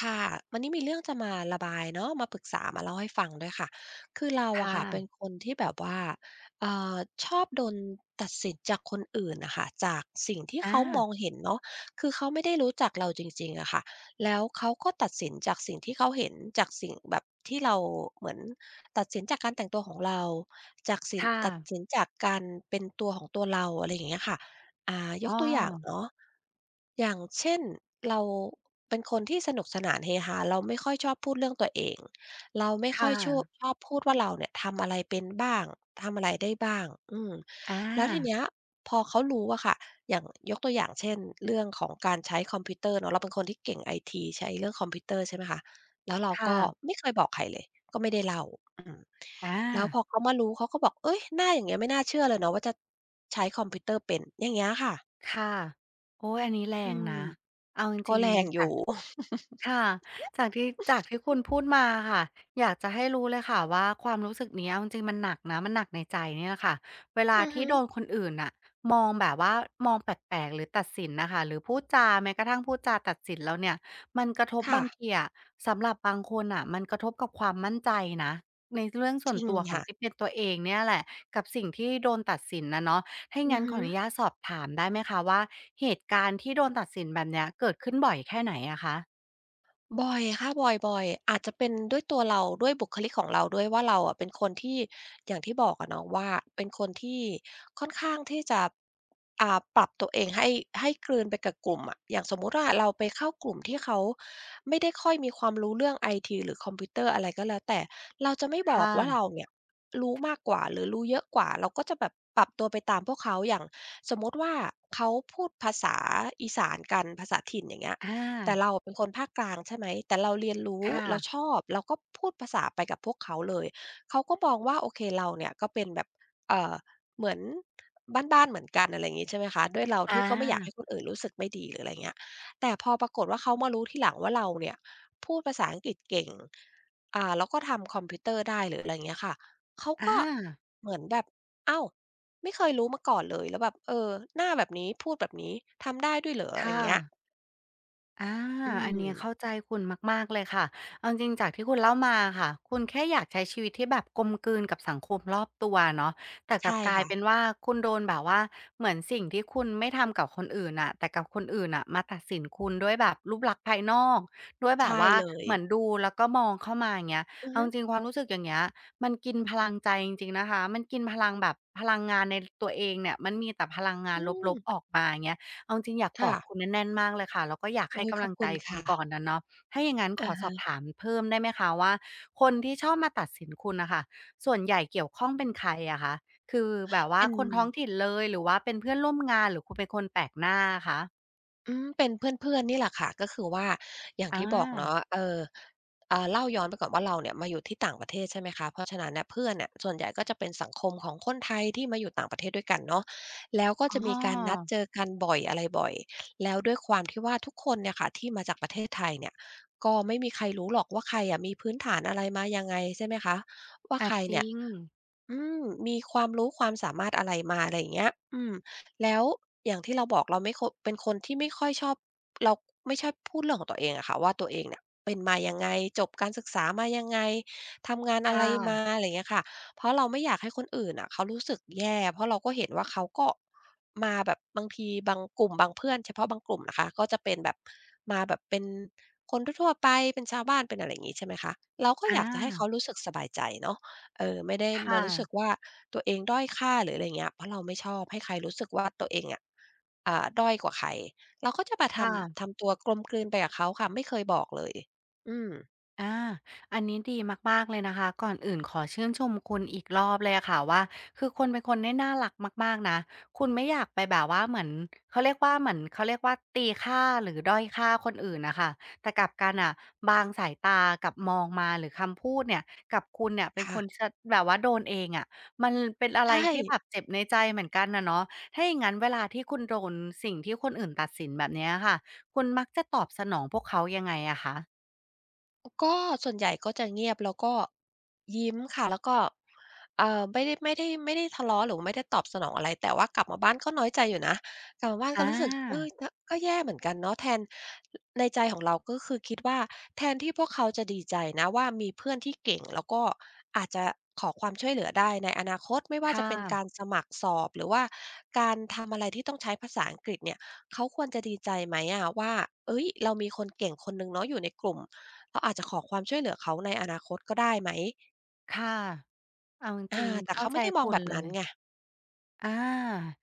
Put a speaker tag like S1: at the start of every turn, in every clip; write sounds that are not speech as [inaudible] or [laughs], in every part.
S1: ค่ะวันนี้มีเรื่องจะมาระบายเนาะมาปรึกษามาเล่าให้ฟังด้วยค่ะคือเรา
S2: ค
S1: อะค่ะเป็น
S2: ่ะ
S1: คนที่แบบว่าเอ่อชอบโดนตัดสินจากคนอื่นน่ะค่ะจากสิ่งที่เขามอง
S2: อา
S1: เห็นเนาะคือเขาไม่ได้รู้จักเราจริงๆอะค่ะแล้วเขาก็ตัดสินจากสิ่งที่เขาเห็นจากสิ่งแบบที่เราเหมือนตัดสินจากการแต่งตัวของเราจากสิน
S2: ค่ะ
S1: ตัดสินจากการเป็นตัวของตัวเราอะไรอย่างเงี้ยค่ะ ย
S2: อ้อ
S1: กตัวอย่างเนาะอย่างเช่นเราเป็นคนที่สนุกสนานเฮฮาเราไม่ค่อยชอบพูดเรื่องตัวเองเราไม่ค่อ
S2: ค่ะ
S1: ยชอบพูดว่าเราเนี่ยทำอะไรเป็นบ้างทำอะไรได้บ้างอืม
S2: อา
S1: แล้วทีเนี้ยพอเขารู้อะค่ะอย่างยกตัวอย่างเช่นเรื่องของการใช้คอมพิวเตอร์เนาะเราเป็นคนที่เก่งไอทีใช้เรื่องคอมพิวเตอร์ใช่ไหมคะแล้วเรา
S2: ค่ะ
S1: ก็ไม่เคยบอกใครเลยก็ไม่ได้เล่าอืม
S2: อา
S1: แล้วพอเขามารู้เขาก็บอกเอ้ยหน้าอย่างเงี้ยไม่น่าเชื่อเลยเนาะว่าจะใช้คอมพิวเตอร์เป็นอย่างเงี้ยค่ะ
S2: ค่ะโอ๊ยอันนี้แร
S1: อื
S2: ง
S1: ม
S2: นะ เอาจ
S1: ก็
S2: ริง
S1: แรงอ
S2: ๆจา
S1: ยู่
S2: ก
S1: [laughs]
S2: ค่ะจากที่คุณพูดมาค่ะอยากจะให้รู้เลยค่ะว่าความรู้สึกเนี้ยเอาจริงๆมันหนักนะมันหนักในใจเนี่ยแหละค่ะเวลา
S1: อือ
S2: ที่
S1: ฮึ
S2: โดนคนอื่นน่ะมองแบบว่ามองแปลกๆหรือตัดสินน่ะค่ะหรือพูดจาแม้กระทั่งพูดจาตัดสินเราเนี่ยมันกระทบ
S1: ค่ะ
S2: บางทีอะสำหรับบางคนน่ะมันกระทบกับความมั่นใจนะในเรื่องส่
S1: จ
S2: วน
S1: ริง
S2: ตัวของ
S1: ค่ะ
S2: ที่เป็นตัวเองเนี่ยแหละกับสิ่งที่โดนตัดสินอะเนาะถ้าอย่าง
S1: อื
S2: งั้
S1: อ
S2: นข
S1: ฮึ
S2: ออนุญาตสอบถามได้ไหมคะว่าเหตุการณ์ที่โดนตัดสินแบบเนี้ยเกิดขึ้นบ่อยแค่ไหนอะคะ
S1: บ่อยค่ะบ่อยๆอาจจะเป็นด้วยตัวเราด้วยบุคลิกของเราด้วยว่าเราอะเป็นคนที่อย่างที่บอกอะเนาะว่าเป็นคนที่ค่อนข้างที่จะปรับตัวเองให้ให้กลืนไปกับกลุ่มอะอย่างสมมุติว่าเราไปเข้ากลุ่มที่เขาไม่ได้ค่อยมีความรู้เรื่องไอทีหรือคอมพิวเตอร์อะไรก็แล้วแต่เราจะไม่
S2: ค
S1: บอกว่า
S2: ่ะ
S1: เราเนี่ยรู้มากกว่าหรือรู้เยอะกว่าเราก็จะแบบปรับตัวไปตามพวกเขาอย่างสมมุติว่าเขาพูดภาษาอีสานกันภาษาถิ่นอย่างเงี้ย
S2: อา
S1: แต่เราเป็นคนภาคกลางใช่ไหมแต่เราเรียนรู้
S2: ค่ะ
S1: เราชอบเราก็พูดภาษาไปกับพวกเขาเลยเขาก็มองว่าโอเคเราเนี่ยก็เป็นแบบเอ่อเหมือนบ้านๆเหมือนกันอะไรอย่างงี้ใช่ไหมคะด้วยเรา
S2: อา
S1: ที่ก็ไม่อยากให้คนอื่นรู้สึกไม่ดีหรืออะไรเงี้ยแต่พอปรากฏว่าเขามารู้ทีหลังว่าเราเนี่ยพูดภาษาอังกฤษเก่งแล้วก็ทำคอมพิวเตอร์ได้หรืออะไรเงี้ยค่ะเขา
S2: อา
S1: ก็เหมือนแบบอ้าวไม่เคยรู้มาก่อนเลยแล้วแบบเออหน้าแบบนี้พูดแบบนี้ทำได้ด้วยเหรออะไร
S2: ค่ะ
S1: เงี้ย
S2: อา
S1: อื
S2: อัน
S1: ม
S2: เนี้ยเข้าใจคุณมากๆเลยค่ะเอาจริงๆจากที่คุณเล่ามาค่ะคุณแค่อยากใช้ชีวิตที่แบบกลมกลืนกับสังคมรอบตัวเนาะแต่กลั
S1: ใช่
S2: บกลายเป็น
S1: ค่ะ
S2: ว่าคุณโดนแบบว่าเหมือนสิ่งที่คุณไม่ทำกับคนอื่นน่ะแต่กับคนอื่นน่ะมาตัดสินคุณด้วยแบบรูปลักษณ์ภายนอกด้วยแบบ
S1: ใช่
S2: ว่า
S1: เลย
S2: เหมือนดูแล้วก็มองเข้ามาอย่างเงี้ย
S1: อือ
S2: เอา
S1: ฮึ
S2: จริงๆความรู้สึกอย่างเงี้ยมันกินพลังใจจริงๆนะคะมันกินพลังแบบพลังงานในตัวเองเนี่ยมันมีแต่พลังงาน
S1: อื
S2: ล
S1: ม
S2: บๆออกมาอย่างเงี้ย เอาจริงๆอยากกอ
S1: ค่ะ
S2: ดคุณแน่นๆมากเลยค่ะแล้วก็อยากให้
S1: โอ๊ยข
S2: กำลั
S1: อบ
S2: งใจ
S1: คุณ
S2: คุณ
S1: ค่ะ
S2: ก่อนนั้เนาะถ้าอย่างงั้นข
S1: อะ
S2: อสอ
S1: ฮะ
S2: บถามเพิ่มได้ไหมคะว่าคนที่ชอบมาตัดสินคุณน่ะค่ะส่วนใหญ่เกี่ยวข้องเป็นใครอะคะคือแบบว่า
S1: เป็น
S2: คนท้องถิ่นเลยหรือว่าเป็นเพื่อนร่วมงานหรือคุณเป็นคนแปลกหน้าอะคะ
S1: อืมเป็นเพื่อนๆนี่แหละค่ะก็คือว่าอย่าง
S2: อา
S1: ที่บอกเนาะเล่าย้อนไปก่อนว่าเราเนี่ยมาอยู่ที่ต่างประเทศใช่ไหมคะเพราะฉะนั้นเนี่ยเพื่อนเนี่ยส่วนใหญ่ก็จะเป็นสังคมของคนไทยที่มาอยู่ต่างประเทศด้วยกันเนาะแล้วก็
S2: อ๋
S1: จะมีการนัด
S2: อ
S1: เจอกันบ่อยอะไรบ่อยแล้วด้วยความที่ว่าทุกคนเนี่ยค่ะที่มาจากประเทศไทยเนี่ยก็ไม่มีใครรู้หรอกว่าใครอะมีพื้นฐานอะไรมายังไงใช่ไหมคะว่า
S2: อา
S1: ใคร
S2: จ
S1: เนี่
S2: ริ
S1: ย
S2: ง
S1: อืมมีความรู้ความสามารถอะไรมาอะไรอย่างเงี้ยอืมแล้วอย่างที่เราบอกเป็นคนที่ไม่ค่อยชอบเราไม่ชอบพูดเรื่องของตัวเองอะค่ะว่าตัวเองเนี่ยเป็นมายังไงจบการศึกษามายังไงทำงานอะ
S2: ค่ะ
S1: ไรมาอะไรอย่างเงี้ยค่ะเพราะเราไม่อยากให้คนอื่นน่ะเขารู้สึกแย่เพราะเราก็เห็นว่าเขาก็มาแบบบางทีบางกลุ่มบางเพื่อนเฉพาะบางกลุ่มนะคะก็จะเป็นแบบมาแบบเป็นคนทั่วๆไปเป็นชาวบ้านเป็นอะไรอย่างงี้ใช่ไหมคะเราก็
S2: อ
S1: อยากจะให้เขา
S2: า
S1: รู้สึกสบายใจเนาะ เออไม่ได้มา
S2: ค่ะ
S1: รู้สึกว่าตัวเองด้อยค่าหรืออะไรอย่างเงี้ยเพราะเราไม่ชอบให้ใครรู้สึกว่าตัวเองอะอ่าด้อยกว่าใครเราก็จะมา
S2: ค่ะ
S1: ทำตัวกลมกลืนไปกับเขาค่ะไม่เคยบอกเลยอืม
S2: อาอันนี้ดีมากๆเลยนะคะก่อนอื่นขอชื่นชมคุณอีกรอบเลยอะค่ะว่าคือคุณเป็นคนที่น่ารักมากๆนะคุณไม่อยากไปแบบว่าเหมือนเขาเรียกว่าเหมือนเขาเรียกว่าตีค่าหรือด้อยค่าคนอื่นนะคะแต่กลับกันอ่ะบางสายตากับมองมาหรือคำพูดเนี่ยกับคุณเนี่ยเป็นคนช
S1: ค่ะ
S2: แบบว่าโดนเองอะมันเป็นอะไร
S1: ใช่
S2: ที่แบบเจ็บในใจเหมือนกันนะเนาะถ้าอย่างนั้นเวลาที่คุณโดนสิ่งที่คนอื่นตัดสินแบบเนี้ยค่ะคุณมักจะตอบสนองพวกเขายังไงอะคะ
S1: ก็ส่วนใหญ่ก็จะเงียบแล้วก็ยิ้มค่ะแล้วก็ไม่ได้ทะเลาะหรือไม่ได้ตอบสนองอะไรแต่ว่ากลับมาบ้านก็น้อยใจอยู่นะกลับมาบ้านก็
S2: อา
S1: รู้สึกเออก็แย่เหมือนกันเนาะแทนในใจของเราก็คือคิดว่าแทนที่พวกเขาจะดีใจนะว่ามีเพื่อนที่เก่งแล้วก็อาจจะขอความช่วยเหลือได้ในอนาคตไม่ว่าจะ
S2: ค่ะ
S1: เป็นการสมัครสอบหรือว่าการทำอะไรที่ต้องใช้ภาษาอังกฤษเนี่ยเขาควรจะดีใจไหมอะว่าเฮ้ยเรามีคนเก่งคนหนึ่งเนาะอยู่ในกลุ่ม เราอาจจะขอความช่วยเหลือเขาในอนาคตก็ได้ไหม
S2: ค่ะเอาจ
S1: อา
S2: ริงๆ
S1: แต่
S2: เข้า
S1: เขา
S2: ใจ
S1: ไม่ได้มอง
S2: คุณ
S1: แบบ
S2: เล
S1: นั้นไง
S2: ยอา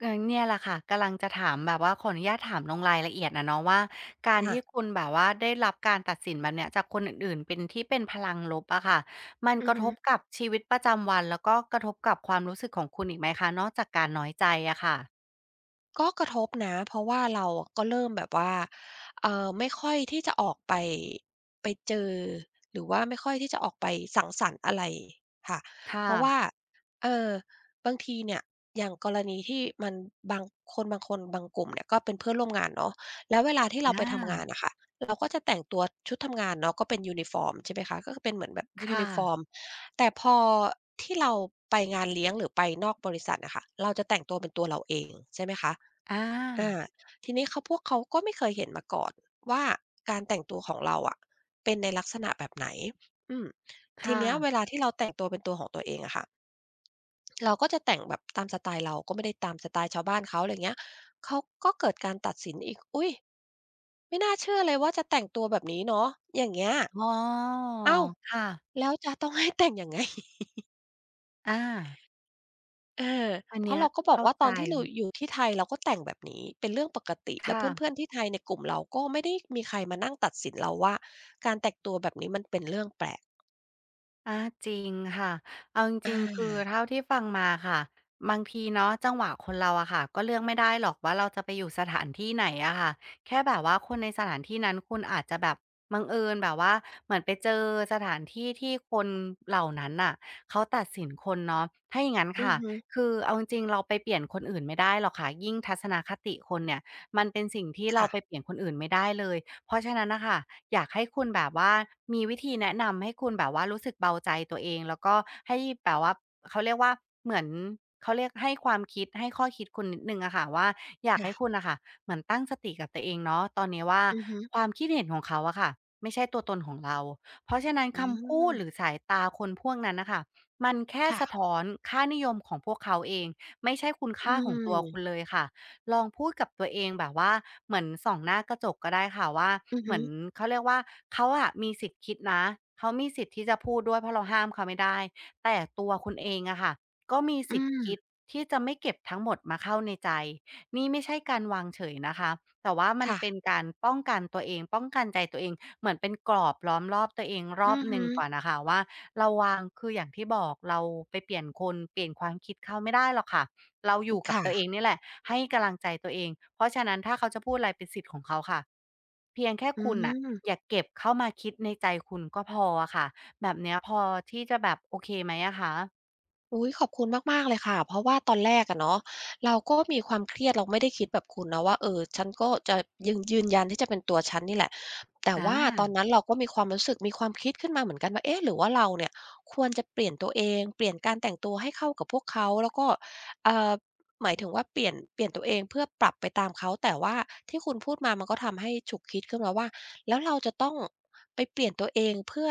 S2: เออเนี่ยแหละค่ะกำลังจะถามแบบว่าขออนุญาตถามลงรายละเอียดอะเนาะว่าการ
S1: ค่ะ
S2: ที่คุณแบบว่าได้รับการตัดสินแบบเนี้ยจากคนอื่นๆเป็นที่เป็นพลังลบอะค่ะมัน
S1: อื
S2: ก
S1: อ
S2: ระท
S1: ฮึ
S2: บกับชีวิตประจำวันแล้วก็กระทบกับความรู้สึกของคุณอีกไหมคะนอกจากการน้อยใจอะค่ะ
S1: ก็กระทบนะเพราะว่าเราก็เริ่มแบบว่าไม่ค่อยที่จะออกไปไปเจอหรือว่าไม่ค่อยที่จะออกไปสังสรรค์อะไรค่ะเพ
S2: ค่ะ
S1: ราะว่าเอ่อบางทีเนี่ยอย่างกรณีที่มันบางคนบางกลุ่มเนี่ยก็เป็นเพื่อนร่วมงานเนาะแล้วเวลาที่เรา
S2: อ
S1: ไปทำงาน
S2: า
S1: น่ะค่ะเราก็จะแต่งตัวชุดทำงานเนาะก็เป็นยูนิฟอร์มใช่ไหมคะก็คือเป็นเหมือนแบบยู
S2: ค่ะ
S1: นิฟอร์มแต่พอที่เราไปงานเลี้ยงหรือไปนอกบริษัทอะค่ะเราจะแต่งตัวเป็นตัวเราเองใช่ไหมคะ
S2: อ
S1: อา
S2: า
S1: ทีนี้เขาพวกเขาก็ไม่เคยเห็นมาก่อนว่าการแต่งตัวของเราอะเป็นในลักษณะแบบไหนอืม
S2: ค
S1: ทีเนี้ยเว
S2: ่ะ
S1: ลาที่เราแต่งตัวเป็นตัวของตัวเองอะค่ะเราก็จะแต่งแบบตามสไตล์เราก็ไม่ได้ตามสไตล์ชาวบ้านเขาอะไรเงี้ยเขาก็เกิดการตัดสินอีกอุ๊ยไม่น่าเชื่อเลยว่าจะแต่งตัวแบบนี้เนาะอย่างเงี้ย
S2: อ๋อ
S1: อ้าว
S2: ค่ะ
S1: แล้วจะต้องให้ [laughs] แต่งยังไง
S2: อา
S1: อา
S2: อัน
S1: เพราะ
S2: เนี้ย
S1: เราก็บอก
S2: เข้า
S1: ว่าต
S2: ใจ
S1: อนที่เราอยู่ที่ไทยเราก็แต่งแบบนี้เป็นเรื่องปกติแล้ว
S2: ค่ะ
S1: เพื่อนๆที่ไทยในกลุ่มเราก็ไม่ได้มีใครมานั่งตัดสินเราว่าการแต่งตัวแบบนี้มันเป็นเรื่องแปลก
S2: อาจริงค่ะเอาจริ
S1: อา
S2: งๆคือเท่าที่ฟังมาค่ะบางทีเนาะจังหวะคนเราอะค่ะก็เลือกไม่ได้หรอกว่าเราจะไปอยู่สถานที่ไหนอะค่ะแค่แบบว่าคนในสถานที่นั้นคุณอาจจะแบบบังเอิญแบบว่าเหมือนไปเจอสถานที่ที่คนเหล่านั้นน่ะเขาตัดสินคนเนาะถ้าอย่างงั้น
S1: อือ
S2: ค่ะ
S1: ฮึ
S2: คือเอาจริงๆเราไปเปลี่ยนคนอื่นไม่ได้หรอกค่ะยิ่งทัศนคติคนเนี่ยมันเป็นสิ่งที่เราไป
S1: ค่ะ
S2: เปลี่ยนคนอื่นไม่ได้เลย เพราะฉะนั้นนะคะอยากให้คุณแบบว่ามีวิธีแนะนำให้คุณแบบว่ารู้สึกเบาใจตัวเองแล้วก็ให้แบบว่าเขาเรียกว่าเหมือนเขาเรียกให้ความคิดให้ข้อคิดคุณนิดหนึ่งอะค่ะว่าอยากให้
S1: ค่ะ
S2: คุณน่ะค่ะเหมือนตั้งสติกับตัวเองเนาะตอนนี้ว่า
S1: อือฮึ
S2: ความคิดเห็นของเขาอะค่ะไม่ใช่ตัวตนของเราเพราะฉะนั้น
S1: อื
S2: คำพูดหรือ
S1: ม
S2: สายตาคนพวกนั้นน่ะค่ะมันแค่สะ
S1: ค่ะ
S2: ท้อนค่านิยมของพวกเขาเองไม่ใช่คุณ
S1: อื
S2: ค่าของตัวคุณ
S1: ม
S2: เลยค่ะ ลองพูดกับตัวเองแบบว่าเหมือนส่องหน้ากระจกก็ได้ค่ะว่า
S1: อือ
S2: เหมื
S1: ฮึ
S2: อนเขาเรียกว่าเขาอะมีสิทธิ์คิดนะเขามีสิทธิ์ที่จะพูดด้วยเพราะเราห้ามเขาไม่ได้แต่ตัวคุณเองอะค่ะก็มี
S1: อื
S2: สิทธิ์คิ
S1: ม
S2: ดที่จะไม่เก็บทั้งหมดมาเข้าในใจนี่ไม่ใช่การวางเฉยนะคะแต่ว่ามันเป็น
S1: ค่ะ
S2: การป้องกันตัวเองป้องกันใจตัวเองเหมือนเป็นกรอบล้อมรอบตัวเองร
S1: อื
S2: อบ
S1: อ
S2: หนึ่
S1: ฮึ
S2: งก่อนนะคะว่าเราวางคืออย่างที่บอกเราไปเปลี่ยนคนเปลี่ยนความคิดเขาไม่ได้หรอกค่ะ เราอยู่กับตัวเอง
S1: ค่ะ
S2: นี่แหละให้กำลังใจตัวเองเพราะฉะนั้นถ้าเขาจะพูดอะไรเป็นสิทธิ์ของเขาค่ะเพียงแค่
S1: อื
S2: คุณน่ะอย่า
S1: ม
S2: เก็บเข้ามาคิดในใจคุณก็พออะค่ะแบบเนี้ยพอที่จะแบบโอเคไหมอะคะ
S1: อุ๊ยขอบคุณมากๆเลยค่ะเพราะว่าตอนแรกอะเนาะเราก็มีความเครียดเราไม่ได้คิดแบบคุณนะว่าเออฉันก็จะยืนยันที่จะเป็นตัวฉันนี่แหละแต่
S2: อ
S1: ว่าตอน
S2: า
S1: นั้นเราก็มีความรู้สึกมีความคิดขึ้นมาเหมือนกันว่าเอ๊ะหรือว่าเราเนี่ยควรจะเปลี่ยนตัวเองเปลี่ยนการแต่งตัวให้เข้ากับพวกเขาแล้วก็เอ่อหมายถึงว่าเปลี่ยนตัวเองเพื่อปรับไปตามเขาแต่ว่าที่คุณพูดมามันก็ทำให้ฉุกคิดขึ้นมาว่าแล้วเราจะต้องไปเปลี่ยนตัวเองเพื่อ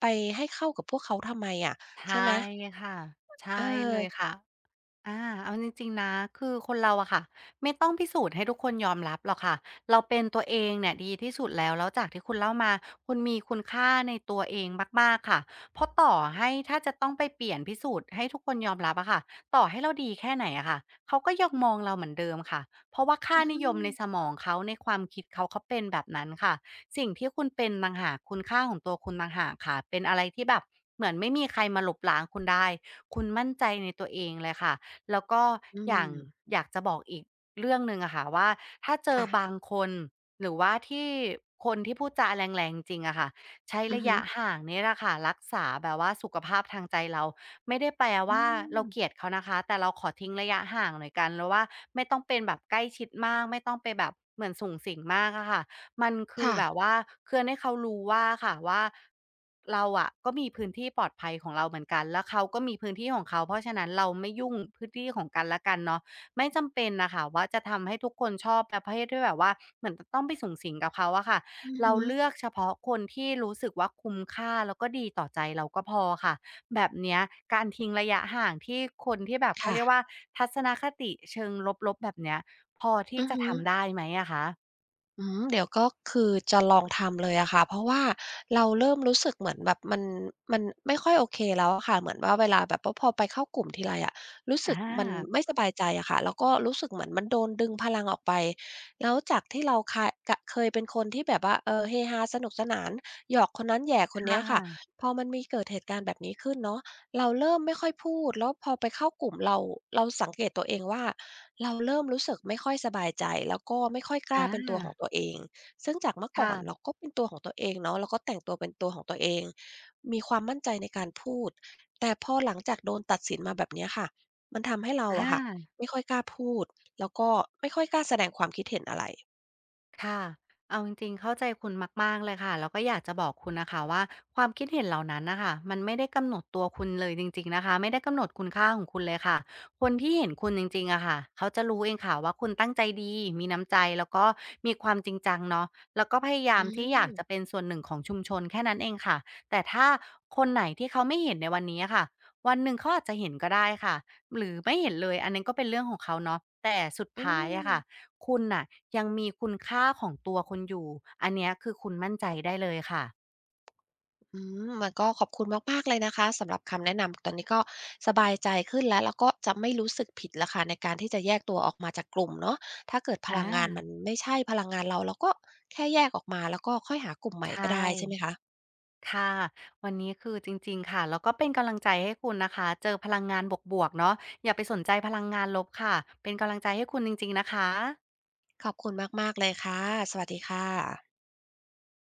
S1: ไปให้เข้ากับพวกเขาทำไมอะ
S2: ใช่
S1: ใช่ไหม
S2: ค่ะใช่
S1: เอ
S2: เล
S1: อ
S2: ยค่ะ เอาจริงๆนะคือคนเราอะค่ะไม่ต้องพิสูจน์ให้ทุกคนยอมรับหรอกค่ะเราเป็นตัวเองเนี่ยดีที่สุดแล้วแล้วจากที่คุณเล่ามาคุณมีคุณค่าในตัวเองมากๆค่ะเพราะต่อให้ถ้าจะต้องไปเปลี่ยนพิสูจน์ให้ทุกคนยอมรับอะค่ะต่อให้เราดีแค่ไหนอะค่ะเขาก็ยังมองเราเหมือนเดิมค่ะเพราะว่าค่า
S1: อื
S2: นิยม
S1: ม
S2: ในสมองเขาในความคิดเขาเขาเป็นแบบนั้นค่ะสิ่งที่คุณเป็นต่างหากคุณค่าของตัวคุณต่างหากค่ะเป็นอะไรที่แบบเหมือนไม่มีใครมาลบล้างคุณได้คุณมั่นใจในตัวเองเลยค่ะ แล้วก็
S1: อื
S2: อย่าง
S1: ม
S2: อยากจะบอกอีกเรื่องหนึ่งอะค่ะว่าถ้าเจอ
S1: ค่ะ
S2: บางคนหรือว่าที่คนที่พูดจาแรงๆจริงๆอะค่ะใช้
S1: อือ
S2: ระ
S1: ฮึ
S2: ยะห่างนี่แหละค่ะรักษาแบบว่าสุขภาพทางใจเราไม่ได้แปล
S1: อื
S2: ว่าเราเกลียด
S1: ม
S2: เขานะคะแต่เราขอทิ้งระยะห่างหน่อยกันแล้วว่าไม่ต้องเป็นแบบใกล้ชิดมากไม่ต้องไปแบบเหมือนสุงสิงมากอะค่ะ มันคือแบบ
S1: ค่ะ
S2: ว่าเพือนให้เขารู้ว่าค่ะว่าเราอะก็มีพื้นที่ปลอดภัยของเราเหมือนกันแล้วเขาก็มีพื้นที่ของเขาเพราะฉะนั้นเราไม่ยุ่งพื้นที่ของกันและกันเนาะไม่จำเป็นน่ะค่ะว่าจะทำให้ทุกคนชอบประเภทที่แบบว่าเหมือนจะต้องไปสุงสิงกับเขาอะค่ะ
S1: อือ
S2: เรา
S1: ฮึ
S2: เลือกเฉพาะคนที่รู้สึกว่าคุ้มค่าแล้วก็ดีต่อใจเราก็พอค่ะแบบเนี้ยการทิ้งระยะห่างที่คนที่แบบเขา
S1: ค่ะ
S2: เรียกว่าทัศนคติเชิงลบๆแบบเนี้ยพอที่
S1: อือ
S2: จะ
S1: ฮึ
S2: ทำได้ไหมอะคะ
S1: อืมเดี๋ยวก็คือจะลองทำเลยอะค่ะเพราะว่าเราเริ่มรู้สึกเหมือนแบบมันไม่ค่อยโอเคแล้วอะค่ะเหมือนว่าเวลาแบบว่าพอไปเข้ากลุ่มทีไรอะรู้
S2: อ
S1: สึกมัน
S2: า
S1: ไม่สบายใจอะค่ะแล้วก็รู้สึกเหมือนมันโดนดึงพลังออกไปแล้วจากที่เราคายกะเคยเป็นคนที่แบบว่าเออเฮฮาสนุกสนานหยอกคนนั้นแหย่คนเนี้
S2: ค่ะ
S1: ยค่ะพอมันมีเกิดเหตุการณ์แบบนี้ขึ้นเนาะเราเริ่มไม่ค่อยพูดแล้วพอไปเข้ากลุ่มเราสังเกตตัวเองว่า เราเริ่มรู้สึกไม่ค่อยสบายใจแล้วก็ไม่ค่อยกล้า
S2: อา
S1: เป็นตัวของตัวเอง ซึ่งจากเมื่อก่อนเรา
S2: ค่ะ
S1: ก็เป็นตัวของตัวเองเนาะเราก็แต่งตัวเป็นตัวของตัวเอง มีความมั่นใจในการพูด แต่พอหลังจากโดนตัดสินมาแบบเนี้ยค่ะ มันทำให้เรา
S2: อ
S1: อะค่ะ
S2: า
S1: ไม่ค่อยกล้าพูดแล้วก็ไม่ค่อยกล้าแสดงความคิดเห็นอะไร
S2: ค่ะเอาจริงๆเข้าใจคุณมากๆเลยค่ะแล้วก็อยากจะบอกคุณนะคะว่าความคิดเห็นเหล่านั้นนะคะมันไม่ได้กำหนดตัวคุณเลยจริงๆนะคะไม่ได้กำหนดคุณค่าของคุณเลยค่ะคนที่เห็นคุณจริงๆอะค่ะเขาจะรู้เองค่ะว่าคุณตั้งใจดีมีน้ำใจแล้วก็มีความจริงจังเนาะแล้วก็พยายา
S1: อื
S2: มที่อยากจะ
S1: ม
S2: เป็นส่วนหนึ่งของชุมชนแค่นั้นเองค่ะแต่ถ้าคนไหนที่เขาไม่เห็นในวันนี้อะค่ะวันหนึ่งเขาอาจจะเห็นก็ได้ค่ะหรือไม่เห็นเลยอันนั้นก็เป็นเรื่องของเขาเนาะแต่สุด
S1: อื
S2: ท้ายอะค่ะ
S1: ม
S2: คุณน่ะยังมีคุณค่าของตัวคุณอยู่อันเนี้ยคือคุณมั่นใจได้เลยค่ะ
S1: อืมมันก็ขอบคุณมากๆเลยนะคะสำหรับคำแนะนำตอนนี้ก็สบายใจขึ้นแล้วแล้วก็จะไม่รู้สึกผิดแล้วค่ะในการที่จะแยกตัวออกมาจากกลุ่มเนาะถ้าเกิดพ
S2: อา
S1: ลังงานมันไม่ใช่พลังงานเราก็แค่แยกออกมาแล้วก็ค่อยหากลุ่มใหม่
S2: ใช่
S1: ก็ได้ใช่ไหมคะ
S2: ค่ะวันนี้คือจริงๆค่ะแล้วก็เป็นกำลังใจให้คุณนะคะเจอพลังงานบวกๆเนาะอย่าไปสนใจพลังงานลบค่ะเป็นกำลังใจให้คุณจริงๆนะคะ
S1: ขอบคุณมากๆเลยค่ะสวัสดีค่ะ